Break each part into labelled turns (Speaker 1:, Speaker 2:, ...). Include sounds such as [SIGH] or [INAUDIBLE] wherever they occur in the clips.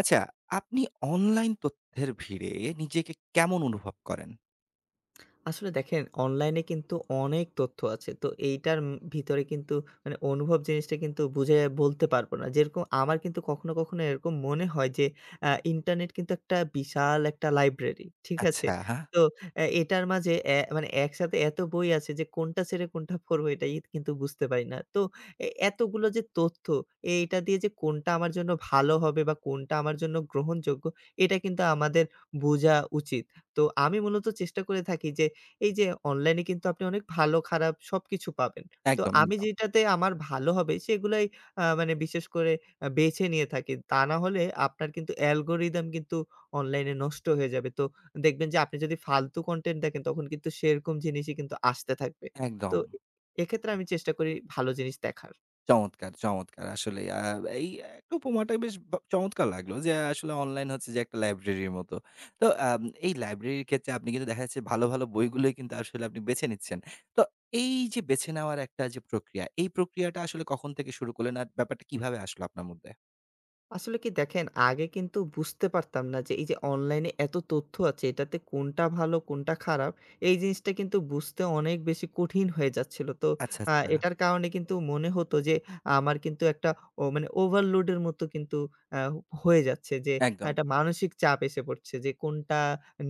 Speaker 1: আচ্ছা, আপনি অনলাইন তথ্যের ভিড়ে নিজেকে কেমন অনুভব করেন?
Speaker 2: আসলে দেখেন, অনলাইনে কিন্তু অনেক তথ্য আছে। তো এইটার ভিতরে কিন্তু মানে অনুভব জিনিসটা কিন্তু বুঝে বলতে পারবো না। যেরকম আমার কিন্তু কখনো, কখনো এরকম মনে হয় যে ইন্টারনেট কিন্তু একটা বিশাল একটা লাইব্রেরি। ঠিক আছে?
Speaker 1: আচ্ছা, হ্যাঁ।
Speaker 2: তো এটার মাঝে মানে একসাথে এত বই আছে যে কোনটা ছেড়ে কোনটা পড়বো এটাই কিন্তু বুঝতে পারি না। তো এতগুলো যে তথ্য এইটা দিয়ে যে কোনটা আমার জন্য ভালো হবে বা কোনটা আমার জন্য গ্রহণযোগ্য, এটা কিন্তু আমাদের বোঝা উচিত। তো আমি মূলত চেষ্টা করে থাকি যে এই যে অনলাইনে কিন্তু আপনি অনেক ভালো খারাপ সবকিছু পাবেন। তো
Speaker 1: একদম,
Speaker 2: আমি
Speaker 1: একদম,
Speaker 2: যেটাতে আমার ভালো হবে সেগুলাই মানে বিশেষ করে বেছে নিয়ে থাকি। তা না হলে আপনার কিন্তু অ্যালগরিদম কিন্তু অনলাইনে নষ্ট হয়ে যাবে। তো দেখবেন যে আপনি যদি ফালতু কনটেন্ট দেখেন তখন কিন্তু সেরকম জিনিসই কিন্তু আসতে থাকবে। তো
Speaker 1: একদম।
Speaker 2: এক্ষেত্রে আমি চেষ্টা করি ভালো জিনিস দেখার।
Speaker 1: চমৎকার, চমৎকার। আসলেই এই একটা উপমাটা বেশ চমৎকার লাগলো যে আসলে অনলাইন হচ্ছে যে একটা লাইব্রেরির মতো। তো এই লাইব্রেরির ক্ষেত্রে আপনি কিন্তু দেখা যাচ্ছে ভালো, ভালো বইগুলোই কিন্তু আসলে আপনি বেছে নিচ্ছেন। তো এই যে বেছে নেওয়ার একটা যে প্রক্রিয়া, এই প্রক্রিয়াটা আসলে কখন থেকে শুরু করলেন? আর ব্যাপারটা কিভাবে আসলো আপনার মধ্যে?
Speaker 2: আসলে কি দেখেন, আগে কিন্তু বুঝতে পারতাম না যে এই যে অনলাইনে এত তথ্য আছে এটাতে কোনটা ভালো কোনটা খারাপ, এই জিনিসটা কিন্তু বুঝতে অনেক বেশি কঠিন হয়ে যাচ্ছিল। তো
Speaker 1: আচ্ছা, আচ্ছা।
Speaker 2: এটার কারণে কিন্তু মনে হতো যে আমার কিন্তু একটা মানে ওভারলোডের মতো কিন্তু আ হয়ে যাচ্ছে, যে
Speaker 1: একদম।
Speaker 2: একটা মানসিক চাপ এসে পড়ছে যে কোনটা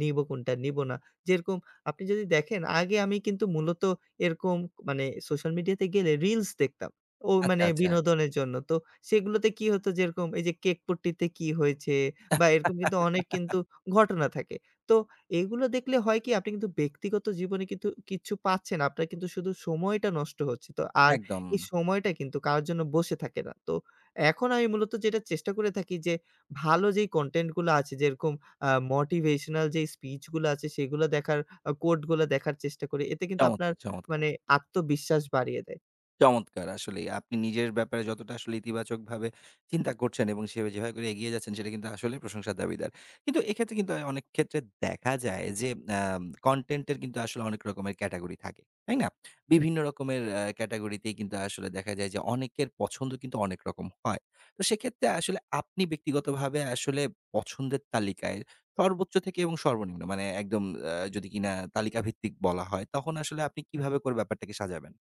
Speaker 2: নিবো কোনটা নিবো না। যেরকম আপনি যদি দেখেন, আগে আমি কিন্তু মূলত এরকম মানে সোশ্যাল মিডিয়াতে গেলে রিলস দেখতাম।
Speaker 1: আচ্ছা,
Speaker 2: মানে
Speaker 1: আচ্ছা।
Speaker 2: বিনোদনের জন্য। তো সেগুলোতে কি হতো, যেরকম এই যে কেকপুট্টিতে কি হয়েছে বা এরকম কিন্তু অনেক কিন্তু ঘটনা থাকে। তো এগুলো দেখলে হয় কি, আপনি কিন্তু ব্যক্তিগত জীবনে কিন্তু কিচ্ছু পাচ্ছেন না। আপনার কিন্তু শুধু সময়টা নষ্ট হচ্ছে। তো আর
Speaker 1: একদম।
Speaker 2: এই সময়টা কিন্তু কারোর জন্য বসে থাকে না। তো এখন আমি মূলত যেটা চেষ্টা করে থাকি যে, ভালো যেই কনটেন্ট গুলো আছে যেরকম আ মোটিভেশনাল যেই স্পিচ গুলো আছে সেগুলো দেখার, কোট গুলো দেখার চেষ্টা করি। এতে কিন্তু আপনার
Speaker 1: চমৎকার, চমৎকার।
Speaker 2: মানে আত্মবিশ্বাস বাড়িয়ে দেয়।
Speaker 1: চমৎকার! আসলেই আপনি নিজের ব্যাপারে যতটা আসলে ইতিবাচকভাবে চিন্তা করছেন এবং সে যেভাবে করে এগিয়ে যাচ্ছেন সেটা কিন্তু আসলেই প্রশংসার দাবিদার। কিন্তু এক্ষেত্রে কিন্তু অনেক ক্ষেত্রে দেখা যায় যে কনটেন্ট এর কিন্তু আসলে অনেক রকমের ক্যাটেগরি থাকে। তাই না? বিভিন্ন রকমের ক্যাটেগরিতেই কিন্তু আসলে দেখা যায় যে অনেকের পছন্দ কিন্তু অনেক রকম হয়। তো সেক্ষেত্রে আসলে আপনি ব্যক্তিগতভাবে আসলে পছন্দের তালিকায় সর্বোচ্চ থেকে এবং সর্বনিম্ন মানে একদম যদি কিনা তালিকাভিত্তিক বলা হয় তখন আসলে আপনি কিভাবে করে ব্যাপারটাকে সাজাবেন?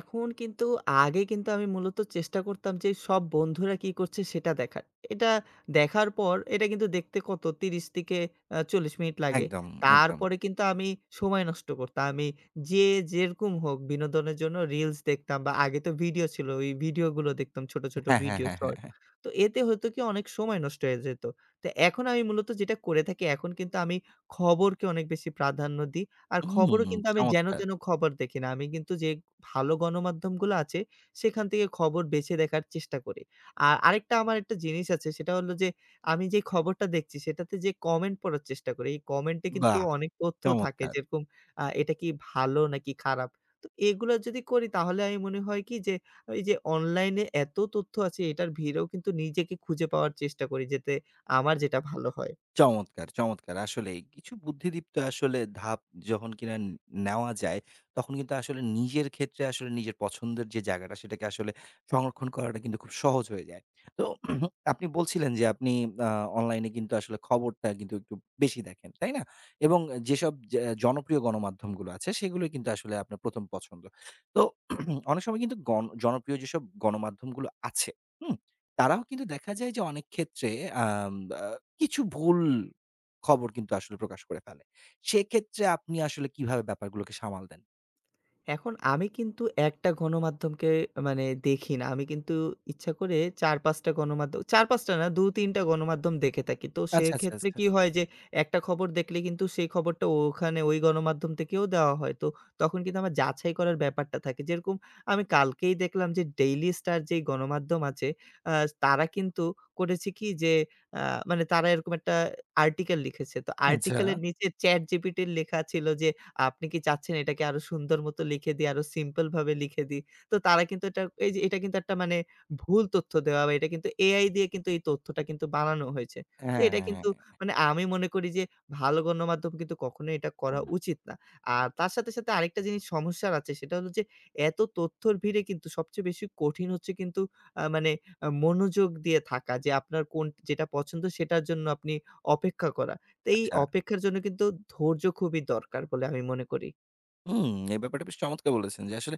Speaker 2: এখন কিন্তু আগে কিন্তু আমি মূলত চেষ্টা করতাম যে সব বন্ধুরা কি করছে সেটা দেখার। এটা দেখার পর এটা কিন্তু দেখতে কত ৩০ থেকে ৪০ মিনিট লাগে।
Speaker 1: একদম, একদম।
Speaker 2: তারপরে কিন্তু আমি সময় নষ্ট করতাম। আমি যে যেরকম হোক বিনোদনের জন্য রিলস দেখতাম বা আগে তো ভিডিও ছিল। ওই ভিডিওগুলো দেখতাম, ছোট, ছোট
Speaker 1: হ্যাঁ, হ্যাঁ,
Speaker 2: ভিডিও
Speaker 1: হ্যাঁ, হ্যাঁ,
Speaker 2: শর্ট।
Speaker 1: হ্যাঁ।
Speaker 2: তো এতে হতো কি অনেক সময় নষ্ট হয়ে যেত। তো এখন আমি মূলত যেটা করে থাকি, এখন কিন্তু আমি খবরকে অনেক বেশি প্রাধান্য দিই। আর
Speaker 1: হুম,
Speaker 2: খবরও কিন্তু আমি যেন
Speaker 1: চমৎকার!
Speaker 2: তেন খবর দেখি না। আমি কিন্তু যে ভালো গণমাধ্যমগুলো আছে, সেখান থেকে খবর বেছে দেখার চেষ্টা করি। আর আরেকটা আমার একটা জিনিস আছে, সেটা হলো যে আমি যে খবরটা দেখছি সেটাতে যে কমেন্ট পড়ার চেষ্টা করি। এই কমেন্টে কিন্তু
Speaker 1: বাহ!
Speaker 2: অনেক তথ্য থাকে,
Speaker 1: চমৎকার।
Speaker 2: যেরকম এটা কি ভালো নাকি খারাপ? তো এগুলো যদি করি তাহলে আমি মনে হয় কি যে, এই যে অনলাইনে এত তথ্য আছে এটার ভিড়েও কিন্তু নিজেকে খুঁজে পাওয়ার চেষ্টা করি যাতে আমার যেটা ভালো হয়।
Speaker 1: চমৎকার, চমৎকার! আসলেই কিছু বুদ্ধিদীপ্ত আসলে ধাপ যখন কিনা নেওয়া যায়, তখন কিন্তু আসলে নিজের ক্ষেত্রে আসলে নিজের পছন্দের যে জায়গাটা, সেটাকে আসলে সংরক্ষণ করাটা কিন্তু খুব সহজ হয়ে যায়। তো [CLEARS THROAT] আপনি বলছিলেন যে আপনি আ অনলাইনে কিন্তু আসলে খবরটা কিন্তু একটু বেশি দেখেন, তাই না? এবং যেসব জনপ্রিয় গণমাধ্যমগুলো আছে, সেগুলোই কিন্তু আসলে আপনার ১ম পছন্দ। তো [CLEARS THROAT] অনেক সময় কিন্তু জনপ্রিয় যেসব গণমাধ্যমগুলো আছে, হুম? তারাও কিন্তু দেখা যায় যে অনেক ক্ষেত্রে আম আ কিছু ভুল খবর কিন্তু আসলে প্রকাশ করে ফেলে। সেক্ষেত্রে আপনি আসলে কিভাবে ব্যাপারগুলোকে সামাল দেন?
Speaker 2: এখন আমি কিন্তু একটা গণমাধ্যমকে মানে দেখি না। আমি কিন্তু ইচ্ছা করে ৪-৫ টা গণমাধ্যম, ৪-৫ টা না, ২-৩ টা গণমাধ্যম দেখে থাকি। তো
Speaker 1: আচ্ছা, আচ্ছা,
Speaker 2: সেক্ষেত্রে
Speaker 1: আচ্ছা।
Speaker 2: কি হয়, যে একটা খবর দেখলে কিন্তু সেই খবরটা ওখানে ওই গণমাধ্যম থেকেও দেওয়া হয়। তো তখন কিন্তু আমার যাচাই করার ব্যাপারটা থাকে। যেরকম আমি কালকেই দেখলাম যে ডেইলি স্টার যেই গণমাধ্যম আছে, আ তারা কিন্তু করেছে কি যে আ মানে তারা এরকম একটা আর্টিকেল লিখেছে। তো
Speaker 1: আচ্ছা।
Speaker 2: আর্টিকেলের নিচে চ্যাট জিপিটির লেখা ছিল যে, আপনি কি চাচ্ছেন এটাকে আরো সুন্দর মতো লিখে দিই, আরো সিম্পল ভাবে লিখে দিই। তো তারা কিন্তু এটা, এই যে এটা কিন্তু একটা মানে ভুল তথ্য দেওয়া, বা এটা কিন্তু এআই দিয়ে কিন্তু এই তথ্যটা কিন্তু বানানো হয়েছে। তো এটা কিন্তু
Speaker 1: হ্যাঁ।
Speaker 2: মানে আমি মনে করি যে ভালো গণমাধ্যম কিন্তু কখনোই এটা করা উচিত না। আর তার সাথে, সাথে আরেকটা জিনিস সমস্যার আছে, সেটা হলো যে এত তথ্যর ভিড়ে কিন্তু সবচেয়ে বেশি কঠিন হচ্ছে কিন্তু মানে মনোযোগ দিয়ে থাকা, যে আপনার কোন যেটা পছন্দ সেটার জন্য আপনি অপেক্ষা করা। তো এই
Speaker 1: আচ্ছা।
Speaker 2: অপেক্ষার জন্য কিন্তু ধৈর্য খুবই দরকার বলে আমি মনে করি।
Speaker 1: হুম, এই ব্যাপারটা বেশ চমৎকার বলেছেন যে আসলে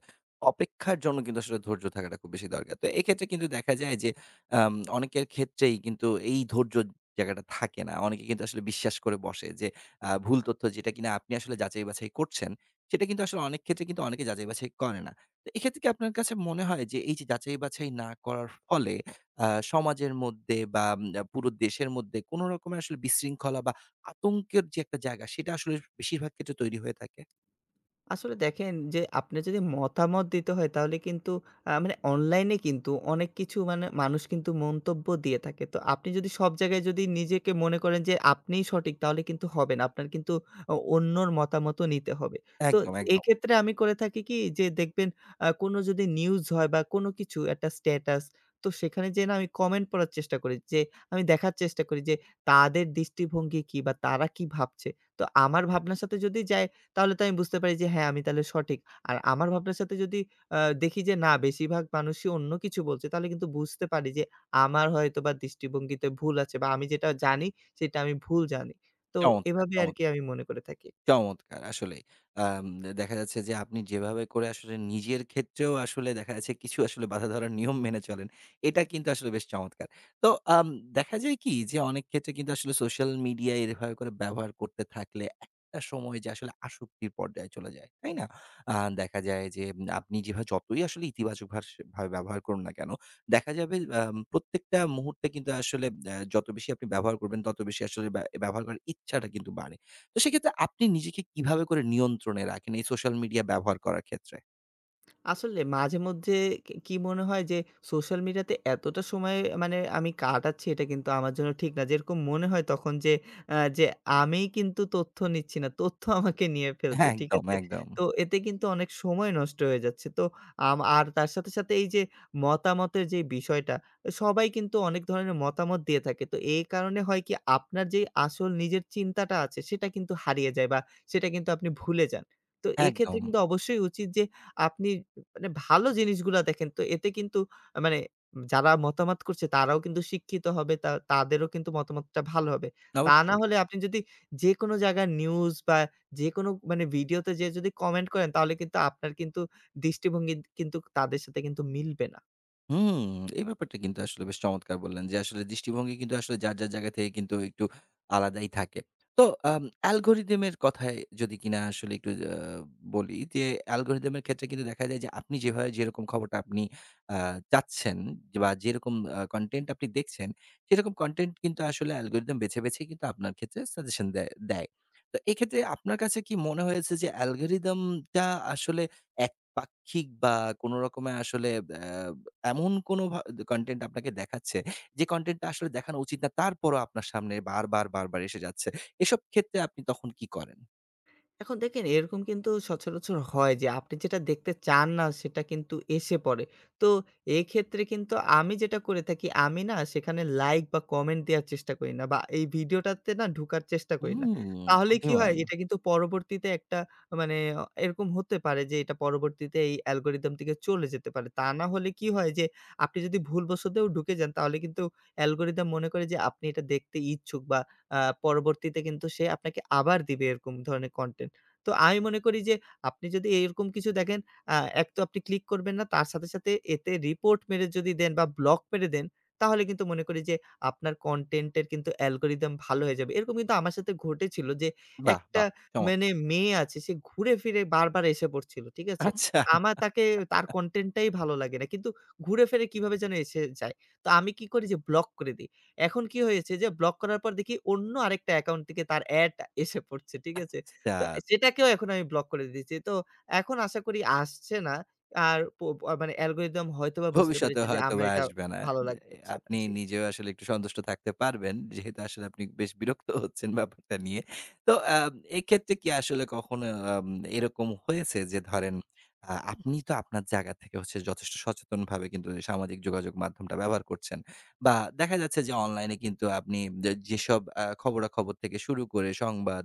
Speaker 1: অপেক্ষার জন্য কিন্তু আসলে ধৈর্য থাকাটা খুব বেশি দরকার। তো এক্ষেত্রে কিন্তু দেখা যায় যে অনেকের ক্ষেত্রেই কিন্তু এই ধৈর্য জায়গাটা থাকে না। অনেকে কিন্তু আসলে বিশ্বাস করে বসে যে ভুল তথ্য যেটা কিনা আপনি আসলে যাচাই-বাছাই করছেন, সেটা কিন্তু আসলে অনেক ক্ষেত্রে কিন্তু অনেকে যাচাই-বাছাই করে না। তো এক্ষেত্রে কি আপনার কাছে মনে হয় যে এই যে যাচাই-বাছাই না করার ফলে আ সমাজের মধ্যে বা পুরো দেশের মধ্যে কোন রকমের আসলে বিশৃঙ্খলা বা আতঙ্কের যে একটা জায়গা সেটা আসলে বেশিরভাগ ক্ষেত্রে তৈরি হয়ে থাকে?
Speaker 2: আসলে দেখেন যে আপনার যদি মতামত দিতে হয় তাহলে কিন্তু মানে অনলাইনে কিন্তু অনেক কিছু মানে মানুষ কিন্তু মন্তব্য দিয়ে থাকে। তো আপনি যদি সব জায়গায় যদি নিজেকে মনে করেন যে আপনিই সঠিক তাহলে কিন্তু হবে না। আপনার কিন্তু অন্যর মতামতও নিতে হবে। তো
Speaker 1: একদম, একদম।
Speaker 2: এক্ষেত্রে আমি করে থাকি কি, যে দেখবেন, কোনো যদি নিউজ হয় বা কোনো কিছু একটা স্ট্যাটাস, তো সেখানে যেয়ে না আমি কমেন্ট পড়ার চেষ্টা করি, যে আমি দেখার চেষ্টা করি যে তাদের দৃষ্টিভঙ্গি কি বা তারা কি ভাবছে। তো আমার ভাবনার সাথে যদি যায়, তাহলে তো আমি বুঝতে পারি যে হ্যাঁ, আমি তাহলে সঠিক। আর আমার ভাবনার সাথে যদি আ দেখি যে না, বেশিরভাগ মানুষই অন্য কিছু বলছে, তাহলে কিন্তু বুঝতে পারি যে আমার হয়তোবা দৃষ্টিভঙ্গিতে ভুল আছে, বা আমি যেটা জানি সেটা আমি ভুল জানি। তো
Speaker 1: চমৎকার,
Speaker 2: এভাবে আরকি
Speaker 1: চমৎকার।
Speaker 2: আমি মনে করে থাকি।
Speaker 1: চমৎকার! আসলেই। আম দেখা যাচ্ছে যে আপনি যেভাবে করে আসলে নিজের ক্ষেত্রেও আসলে দেখা যাচ্ছে কিছু আসলে বাঁধা ধরার নিয়ম মেনে চলেন। এটা কিন্তু আসলে বেশ চমৎকার। তো আম দেখা যায় কি যে অনেক ক্ষেত্রে কিন্তু আসলে সোশ্যাল মিডিয়া এভাবে করে ব্যবহার করতে থাকলে একটা সময় যে আসলে আসক্তির পর্যায়ে চলে যায়। তাই না? আ দেখা যায় যে আপনি যেভাবে যতই আসলে ইতিবাচক ভাবে ব্যবহার করুন না কেন, দেখা যাবে প্রত্যেকটা মুহূর্তে কিন্তু আসলে যত বেশি আপনি ব্যবহার করবেন তত বেশি আসলে ব্যবহার করার ইচ্ছাটা কিন্তু বাড়ে। তো সেক্ষেত্রে আপনি নিজেকে কিভাবে করে নিয়ন্ত্রণে রাখেন এই সোশ্যাল মিডিয়া ব্যবহার করার ক্ষেত্রে?
Speaker 2: আসলে মাঝে মধ্যে কি কি মনে হয় যে সোশ্যাল মিডিয়াতে এতটা সময় মানে আমি কাটাচ্ছি, এটা কিন্তু আমার জন্য ঠিক না। যেরকম মনে হয় তখন যে যে আমিই কিন্তু তথ্য নিচ্ছি না, তথ্য [LAUGHS] আমাকে নিয়ে ফেলছে।
Speaker 1: হ্যাঁ,
Speaker 2: ঠিক
Speaker 1: একদম,
Speaker 2: আছে?
Speaker 1: একদম।
Speaker 2: তো এতে কিন্তু অনেক সময় নষ্ট হয়ে যাচ্ছে। তো আর তার সাথে, সাথে এই যে মতামতের যে বিষয়টা, সবাই কিন্তু অনেক ধরনের মতামত দিয়ে থাকে। তো এই কারণে হয় কি, আপনার যেই আসল নিজের চিন্তাটা আছে সেটা কিন্তু হারিয়ে যায় বা সেটা কিন্তু আপনি ভুলে যান। তো এক্ষেত্রে
Speaker 1: একদম।
Speaker 2: কিন্তু অবশ্যই উচিত যে আপনি মানে ভালো জিনিসগুলা দেখেন, তো এতে কিন্তু মানে যারা মতামত করছে তারাও কিন্তু শিক্ষিত হবে। তা তাদেরও কিন্তু মতামতটা ভালো হবে। তা না
Speaker 1: অবশ্যই।
Speaker 2: হলে আপনি যদি যেকোনো জায়গার নিউজ বা যেকোনো মানে ভিডিওতে যেয়ে যদি কমেন্ট করেন, তাহলে কিন্তু আপনার কিন্তু দৃষ্টিভঙ্গি কিন্তু তাদের সাথে কিন্তু মিলবে না।
Speaker 1: হুম, এই ব্যাপারটা কিন্তু আসলে বেশ চমৎকার বললেন যে, আসলে দৃষ্টিভঙ্গি কিন্তু আসলে যার, যার জায়গা থেকে কিন্তু একটু আলাদাই থাকে। তো অ্যালগরিদমের কথায় যদি কিনা আসলে একটু বলি যে, অ্যালগরিদমের ক্ষেত্রে কিন্তু দেখা যায় যে, আপনি যেভাবে যেরকম খবরটা আপনি আ চাচ্ছেন যে বা যেরকম কনটেন্ট আপনি দেখছেন, সেরকম কনটেন্ট কিন্তু আসলে অ্যালগরিদম বেছে, বেছে কিন্তু আপনার ক্ষেত্রে সাজেশন দেয়। তো এক্ষেত্রে আপনার কাছে কি মনে হয়েছে যে, অ্যালগরিদমটা আসলে একপাক্ষিক বা কোন রকমে আসলে আ এমন কোনো কনটেন্ট আপনাকে দেখাচ্ছে, যে কনটেন্টটা আসলে দেখানো উচিত না তারপরও আপনার সামনে বারবার, বারবার এসে যাচ্ছে। এসব ক্ষেত্রে আপনি তখন কি করেন?
Speaker 2: এখন দেখেন, এরকম কিন্তু সচরাচর হয় যে আপনি যেটা দেখতে চান না সেটা কিন্তু এসে পড়ে। তো এক্ষেত্রে কিন্তু আমি যেটা করে থাকি, আমি না সেখানে লাইক বা কমেন্ট দেওয়ার চেষ্টা করি না বা এই ভিডিওটাতে না ঢোকার চেষ্টা করি না।
Speaker 1: হুম,
Speaker 2: তাহলে কি হয়,
Speaker 1: বুদ্ধিমান।
Speaker 2: এটা কিন্তু পরবর্তীতে একটা মানে এরকম হতে পারে যে এটা পরবর্তীতে এই অ্যালগরিদম থেকে চলে যেতে পারে। তা না হলে কি হয় যে আপনি যদি ভুলবশতও ঢুকে যান তাহলে কিন্তু অ্যালগরিদম মনে করে যে আপনি এটা দেখতে ইচ্ছুক, বা আ পরবর্তীতে কিন্তু সে আপনাকে আবার দিবে এরকম ধরনের কনটেন্ট। তো আমি মনে করি যে আপনি যদি এরকম কিছু দেখেন, আ এক তো আপনি ক্লিক করবেন না, তার সাথে, সাথে এতে রিপোর্ট মেরে যদি দেন বা ব্লক মেরে দেন, তাহলে কিন্তু মনে করি যে আপনার কনটেন্ট এর কিন্তু অ্যালগরিদম ভালো হয়ে যাবে। এরকম কিন্তু আমার সাথে ঘটেছিল যে
Speaker 1: বাহ!
Speaker 2: একটা
Speaker 1: বাহ!
Speaker 2: মানে
Speaker 1: চমৎকার!
Speaker 2: মেয়ে আছে, সে ঘুরে ফিরে বারবার এসে পড়ছিল। ঠিক আছে?
Speaker 1: আচ্ছা,
Speaker 2: আমার তার কনটেন্ট টাই ভালো লাগে না। কিন্তু ঘুরে ফিরে কিভাবে যেন এসে যায়। তো আমি কি করি, যে ব্লক করে দিই। এখন কি হয়েছে, যে ব্লক করার পর দেখি অন্য আরেকটা অ্যাকাউন্ট থেকে তার এড এসে পড়ছে। ঠিক আছে? তো
Speaker 1: আচ্ছা।
Speaker 2: সেটাকেও এখন আমি ব্লক করে দিয়েছি। তো এখন আশা করি আসছে না। আর মানে অ্যালগরিদম হয়তোবা বুঝতে
Speaker 1: ভবিষ্যতে
Speaker 2: পেরেছে যে আমার
Speaker 1: হয়তোবা
Speaker 2: এটা
Speaker 1: আসবে না।
Speaker 2: ভালো
Speaker 1: যে
Speaker 2: লাগছে না।
Speaker 1: আপনি
Speaker 2: জি।
Speaker 1: নিজেও আসলে একটু সন্তুষ্ট থাকতে পারবেন। যেহেতু আসলে আপনি বেশ বিরক্ত হচ্ছেন ব্যাপারটা নিয়ে। তো এক্ষেত্রে কি আসলে কখনো আম এরকম হয়েছে যে ধরেন আপনি তো আপনার জায়গা থেকে হচ্ছে যথেষ্ট সচেতনভাবে কিন্তু এই সামাজিক যোগাযোগ মাধ্যমটা ব্যবহার করছেন। বা দেখা যাচ্ছে যে অনলাইনে কিন্তু আপনি যে যেসব খবরাখবর থেকে শুরু করে সংবাদ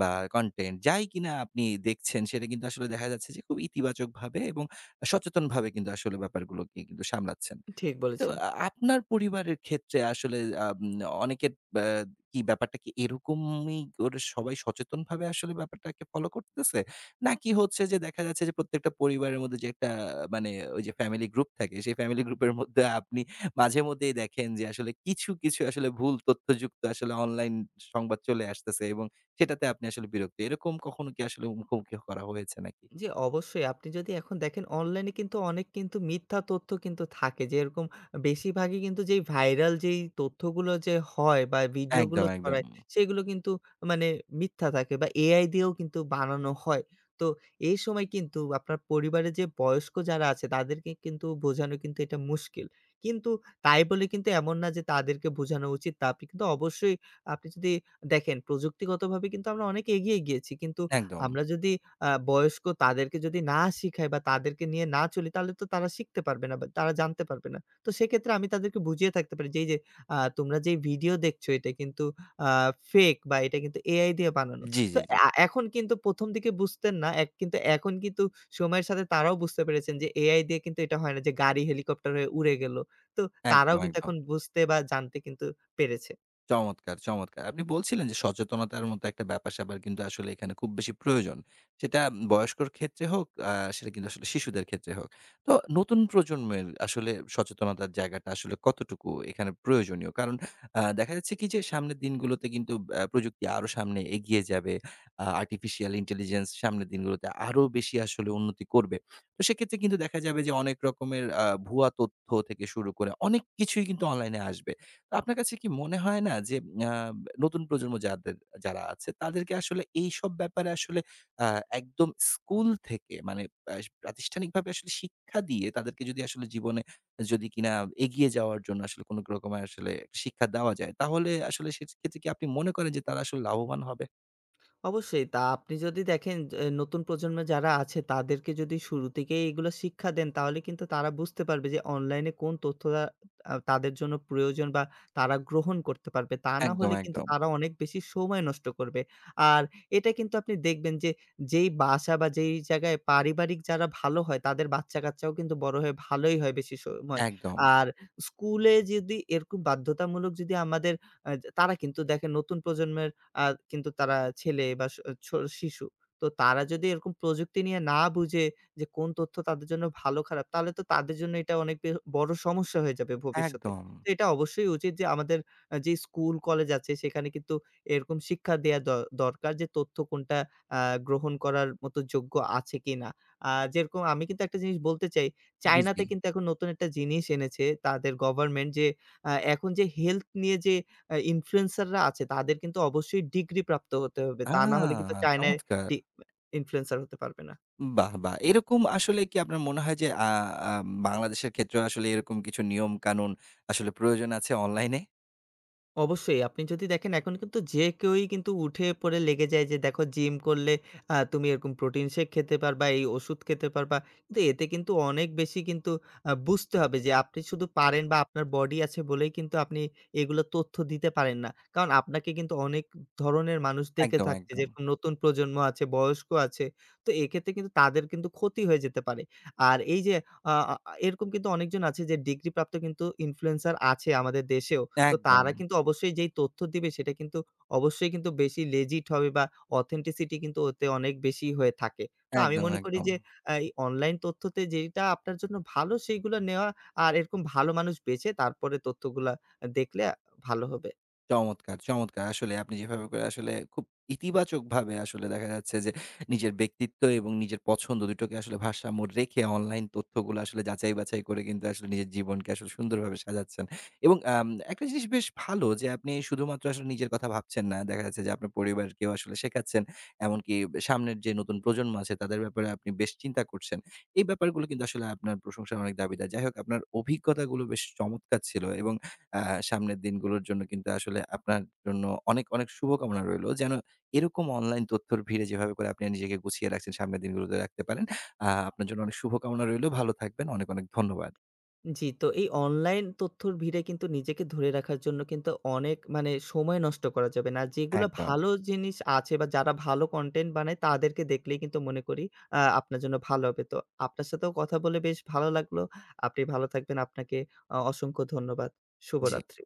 Speaker 1: বা কনটেন্ট যাই কিনা আপনি দেখছেন সেটা কিন্তু আসলে দেখা যাচ্ছে যে খুব ইতিবাচকভাবে এবং সচেতনভাবে কিন্তু আসলে ব্যাপারগুলোকে কিন্তু সামলাচ্ছেন।
Speaker 2: ঠিক
Speaker 1: তো
Speaker 2: বলেছেন।
Speaker 1: আপনার পরিবারের ক্ষেত্রে আসলে আম অনেকের কি ব্যাপারটা কি এরকমই করে সবাই সচেতনভাবে আসলে ব্যাপারটাকে ফলো করতেছে? নাকি হচ্ছে যে দেখা যাচ্ছে যে প্রত্যেকটা পরিবারের মধ্যে যে একটা মানে ওই যে ফ্যামিলি গ্রুপ থাকে, সেই ফ্যামিলি গ্রুপের মধ্যে আপনি মাঝে মধ্যেই দেখেন যে আসলে কিছু, কিছু আসলে ভুল তথ্যযুক্ত আসলে অনলাইন সংবাদ চলে আসতেছে এবং সেটাতে আপনি আসলে বিরক্ত। এরকম কখনো কি আসলে মুখোমুখি করা হয়েছে নাকি?
Speaker 2: জি, অবশ্যই। আপনি যদি এখন দেখেন, অনলাইনে কিন্তু অনেক কিন্তু মিথ্যা তথ্য কিন্তু থাকে। যেরকম বেশিরভাগই কিন্তু যেই ভাইরাল যেই তথ্যগুলো যে হয় বা ভিডিওগুলো
Speaker 1: একদম, একদম।
Speaker 2: ছড়ায়, সেগুলো কিন্তু মানে মিথ্যা থাকে বা AI দিয়েও কিন্তু বানানো হয়। তো এই সময় কিন্তু আপনার পরিবারে যে বয়স্ক যারা আছে তাদেরকে কিন্তু বোঝানো কিন্তু এটা মুশকিল। কিন্তু তাই বলে কিন্তু এমন না যে তাদেরকে বোঝানো উচিত না। আপনি কিন্তু অবশ্যই আপনি যদি দেখেন, প্রযুক্তিগতভাবে কিন্তু আমরা অনেক এগিয়ে গিয়েছি। কিন্তু
Speaker 1: একদম।
Speaker 2: আমরা যদি বয়স্ক তাদেরকে যদি না শিখাই বা তাদেরকে নিয়ে না চলি, তাহলে তো তারা শিখতে পারবে না বা তারা জানতে পারবে না। তো সেক্ষেত্রে আমি তাদেরকে বুঝিয়ে থাকতে পারি যে, "এই যে তোমরা যেই ভিডিও দেখছো এটা কিন্তু আ ফেক বা এটা কিন্তু AI দিয়ে বানানো।"
Speaker 1: জি,
Speaker 2: তো
Speaker 1: জি, জি।
Speaker 2: এখন কিন্তু ১ম দিকে বুঝতেন না, কিন্তু এখন কিন্তু সময়ের সাথে তারাও বুঝতে পেরেছেন যে AI দিয়ে কিন্তু এটা হয় না যে গাড়ি হেলিকপ্টার হয়ে উড়ে গেল। তো তারাও
Speaker 1: একদম,
Speaker 2: কিন্তু
Speaker 1: একদম।
Speaker 2: এখন বুঝতে বা জানতে কিন্তু পেরেছে।
Speaker 1: চমৎকার, চমৎকার। আপনি বলছিলেন যে সচেতনতার মতো একটা ব্যাপার-স্যাপার কিন্তু আসলে এখানে খুব বেশি প্রয়োজন। সেটা বয়স্কর ক্ষেত্রে হোক, সেটা কিন্তু আসলে শিশুদের ক্ষেত্রে হোক। তো নতুন প্রজন্মের আসলে সচেতনতার জায়গাটা আসলে কতটুকু এখানে প্রয়োজনীয়? কারণ দেখা যাচ্ছে কি যে সামনের দিনগুলোতে কিন্তু প্রযুক্তি আরো সামনে এগিয়ে যাবে। আর্টিফিশিয়াল ইন্টেলিজেন্স সামনের দিনগুলোতে আরো বেশি আসলে উন্নতি করবে। তো সেক্ষেত্রে কিন্তু দেখা যাবে যে অনেক রকমের ভুয়া তথ্য থেকে শুরু করে অনেক কিছুই কিন্তু অনলাইনে আসবে। আপনার কাছে কি মনে হয় না যে আ নতুন প্রজন্ম যাদের যারা আছে তাদেরকে আসলে এইসব ব্যাপারে আসলে আ একদম স্কুল থেকে মানে প্রাতিষ্ঠানিকভাবে আসলে শিক্ষা দিয়ে তাদেরকে যদি আসলে জীবনে যদি কিনা এগিয়ে যাওয়ার জন্য আসলে কোন রকমের আসলে শিক্ষা দেওয়া যায় তাহলে আসলে সেক্ষেত্রে কি আপনি মনে করেন যে তারা আসলে লাভবান হবে?
Speaker 2: অবশ্যই। তা আপনি যদি দেখেন, নতুন প্রজন্ম যারা আছে তাদেরকে যদি শুরু থেকেই এগুলো শিক্ষা দেন, তাহলে কিন্তু তারা বুঝতে পারবে যে অনলাইনে কোন তথ্যটা তাদের জন্য প্রয়োজন বা তারা গ্রহণ করতে পারবে। তা না
Speaker 1: একদম,
Speaker 2: হলে কিন্তু
Speaker 1: একদম,
Speaker 2: তারা অনেক বেশি সময় নষ্ট করবে। আর এটা কিন্তু আপনি দেখবেন যে যেই বাসা বা যেই জায়গায় পারিবারিক যারা ভালো হয় তাদের বাচ্চা-কাচ্চাও কিন্তু বড় হয়ে ভালোই হয় বেশি সময়।
Speaker 1: একদম,
Speaker 2: আর স্কুলে যদি এরকম বাধ্যতামূলক যদি আমাদের আ তারা কিন্তু দেখেন, নতুন প্রজন্মের আ কিন্তু তারা ছেলে বা স ছ শিশু। তো তারা যদি এরকম প্রযুক্তি নিয়ে না বুঝে যে কোন তথ্য তাদের জন্য ভালো খারাপ, তাহলে তো তাদের জন্য এটা অনেক বড় সমস্যা হয়ে যাবে ভবিষ্যতে।
Speaker 1: একদম।
Speaker 2: তো এটা অবশ্যই উচিত যে আমাদের যে স্কুল, কলেজ আছে সেখানে কিন্তু এরকম শিক্ষা দেয়া দরকার, যে তথ্য কোনটা আ গ্রহণ করার মতো যোগ্য আছে কিনা। যেরকম আমি কিন্তু একটা জিনিস বলতে চাই,
Speaker 1: জি,
Speaker 2: চায়নাতে
Speaker 1: জি।
Speaker 2: কিন্তু এখন নতুন একটা জিনিস এনেছে তাদের গভর্নমেন্ট যে এখন যে হেলথ নিয়ে যে ইনফ্লুয়েন্সাররা আছে তাদের কিন্তু অবশ্যই ডিগ্রি প্রাপ্ত হতে হবে।
Speaker 1: আ
Speaker 2: তা না হলে কিন্তু চায়নায়
Speaker 1: চমৎকার!
Speaker 2: ডি ইনফ্লুয়েন্সার হতে পারবে না।
Speaker 1: বাহ! বাহ! এরকম আসলে কি আপনার মনে হয় যে আ আ বাংলাদেশের ক্ষেত্রেও আসলে এরকম কিছু নিয়ম-কানুন আসলে প্রয়োজন আছে অনলাইনে?
Speaker 2: অবশ্যই। আপনি যদি দেখেন, এখন কিন্তু যে কেউই কিন্তু উঠে পড়ে লেগে যায় যে দেখো জিম করলে তুমি এরকম প্রোটিন শেক খেতে পারবা, এই ওষুধ খেতে পারবা। কিন্তু এতে কিন্তু অনেক বেশি কিন্তু বুঝতে হবে যে আপনি শুধু পারেন বা আপনার বডি আছে বলেই কিন্তু আপনি এগুলো তথ্য দিতে পারেন না। কারণ আপনাকে কিন্তু অনেক ধরনের মানুষ দেখে
Speaker 1: একদম,
Speaker 2: থাকছে,
Speaker 1: একদম।
Speaker 2: যেরকম নতুন প্রজন্ম আছে, বয়স্ক আছে। তো এক্ষেত্রে কিন্তু তাদের কিন্তু ক্ষতি হয়ে যেতে পারে। আর এই যে আ আ এরকম কিন্তু অনেকজন আছে যে ডিগ্রি প্রাপ্ত কিন্তু ইনফ্লুয়েন্সার আছে আমাদের দেশেও। তো
Speaker 1: একদম,
Speaker 2: তারা কিন্তু অবশ্যই যেই তথ্য দিবে সেটা কিন্তু অবশ্যই কিন্তু বেশি লেজিট হবে, বা অথেন্টিসিটি কিন্তু ওতে অনেক বেশি হয়ে থাকে। তো আমি
Speaker 1: একদম,
Speaker 2: মনে করি
Speaker 1: একদম।
Speaker 2: যে এই অনলাইন তথ্যতে যেটা আপনার জন্য ভালো সেইগুলো নেওয়া, আর এরকম ভালো মানুষ বেছে তারপরে তথ্যগুলা দেখলে ভালো হবে।
Speaker 1: চমৎকার, চমৎকার! আসলে আপনি যেভাবে করে আসলে খুব ইতিবাচকভাবে আসলে দেখা যাচ্ছে যে, নিজের ব্যক্তিত্ব এবং নিজের পছন্দ দুটোকে আসলে ভারসাম্য রেখে অনলাইন তথ্যগুলো আসলে যাচাই-বাছাই করে কিন্তু আসলে নিজের জীবনকে আসলে সুন্দরভাবে সাজাচ্ছেন। এবং একটা জিনিস বেশ ভালো যে, আপনি শুধুমাত্র আসলে নিজের কথা ভাবছেন না। দেখা যাচ্ছে যে, আপনার পরিবারকেও আসলে শেখাচ্ছেন। এমনকি সামনের যে নতুন প্রজন্ম আছে তাদের ব্যাপারে আপনি বেশ চিন্তা করছেন। এই ব্যাপারগুলো কিন্তু আসলে আপনার প্রশংসার অনেক দাবিদার। যাই হোক আপনার অভিজ্ঞতাগুলো বেশ চমৎকার ছিল এবং আ সামনের দিনগুলোর জন্য কিন্তু আসলে আপনার জন্য অনেক, অনেক শুভকামনা রইলো। যেন এরকম অনলাইন তথ্যর ভিড়ে যেভাবে করে আপনি নিজেকে গুছিয়ে রাখছেন, সামনের দিনগুলোতে রাখতে পারেন। আপনার জন্য অনেক শুভকামনা রইলো। ভালো থাকবেন। অনেক, অনেক ধন্যবাদ।
Speaker 2: জি, তো এই অনলাইন তথ্যর ভিড়ে কিন্তু নিজেকে ধরে রাখার জন্য কিন্তু অনেক মানে সময় নষ্ট করা যাবে না। যেগুলা
Speaker 1: একদম।
Speaker 2: ভালো জিনিস আছে বা যারা ভালো কনটেন্ট বানায় তাদেরকে দেখলেই কিন্তু মনে করি আপনার জন্য ভালো হবে। তো আপনার সাথেও কথা বলে বেশ ভালো লাগলো। আপনি ভালো থাকবেন। আপনাকে অসংখ্য ধন্যবাদ।
Speaker 1: জি।
Speaker 2: শুভরাত্রি।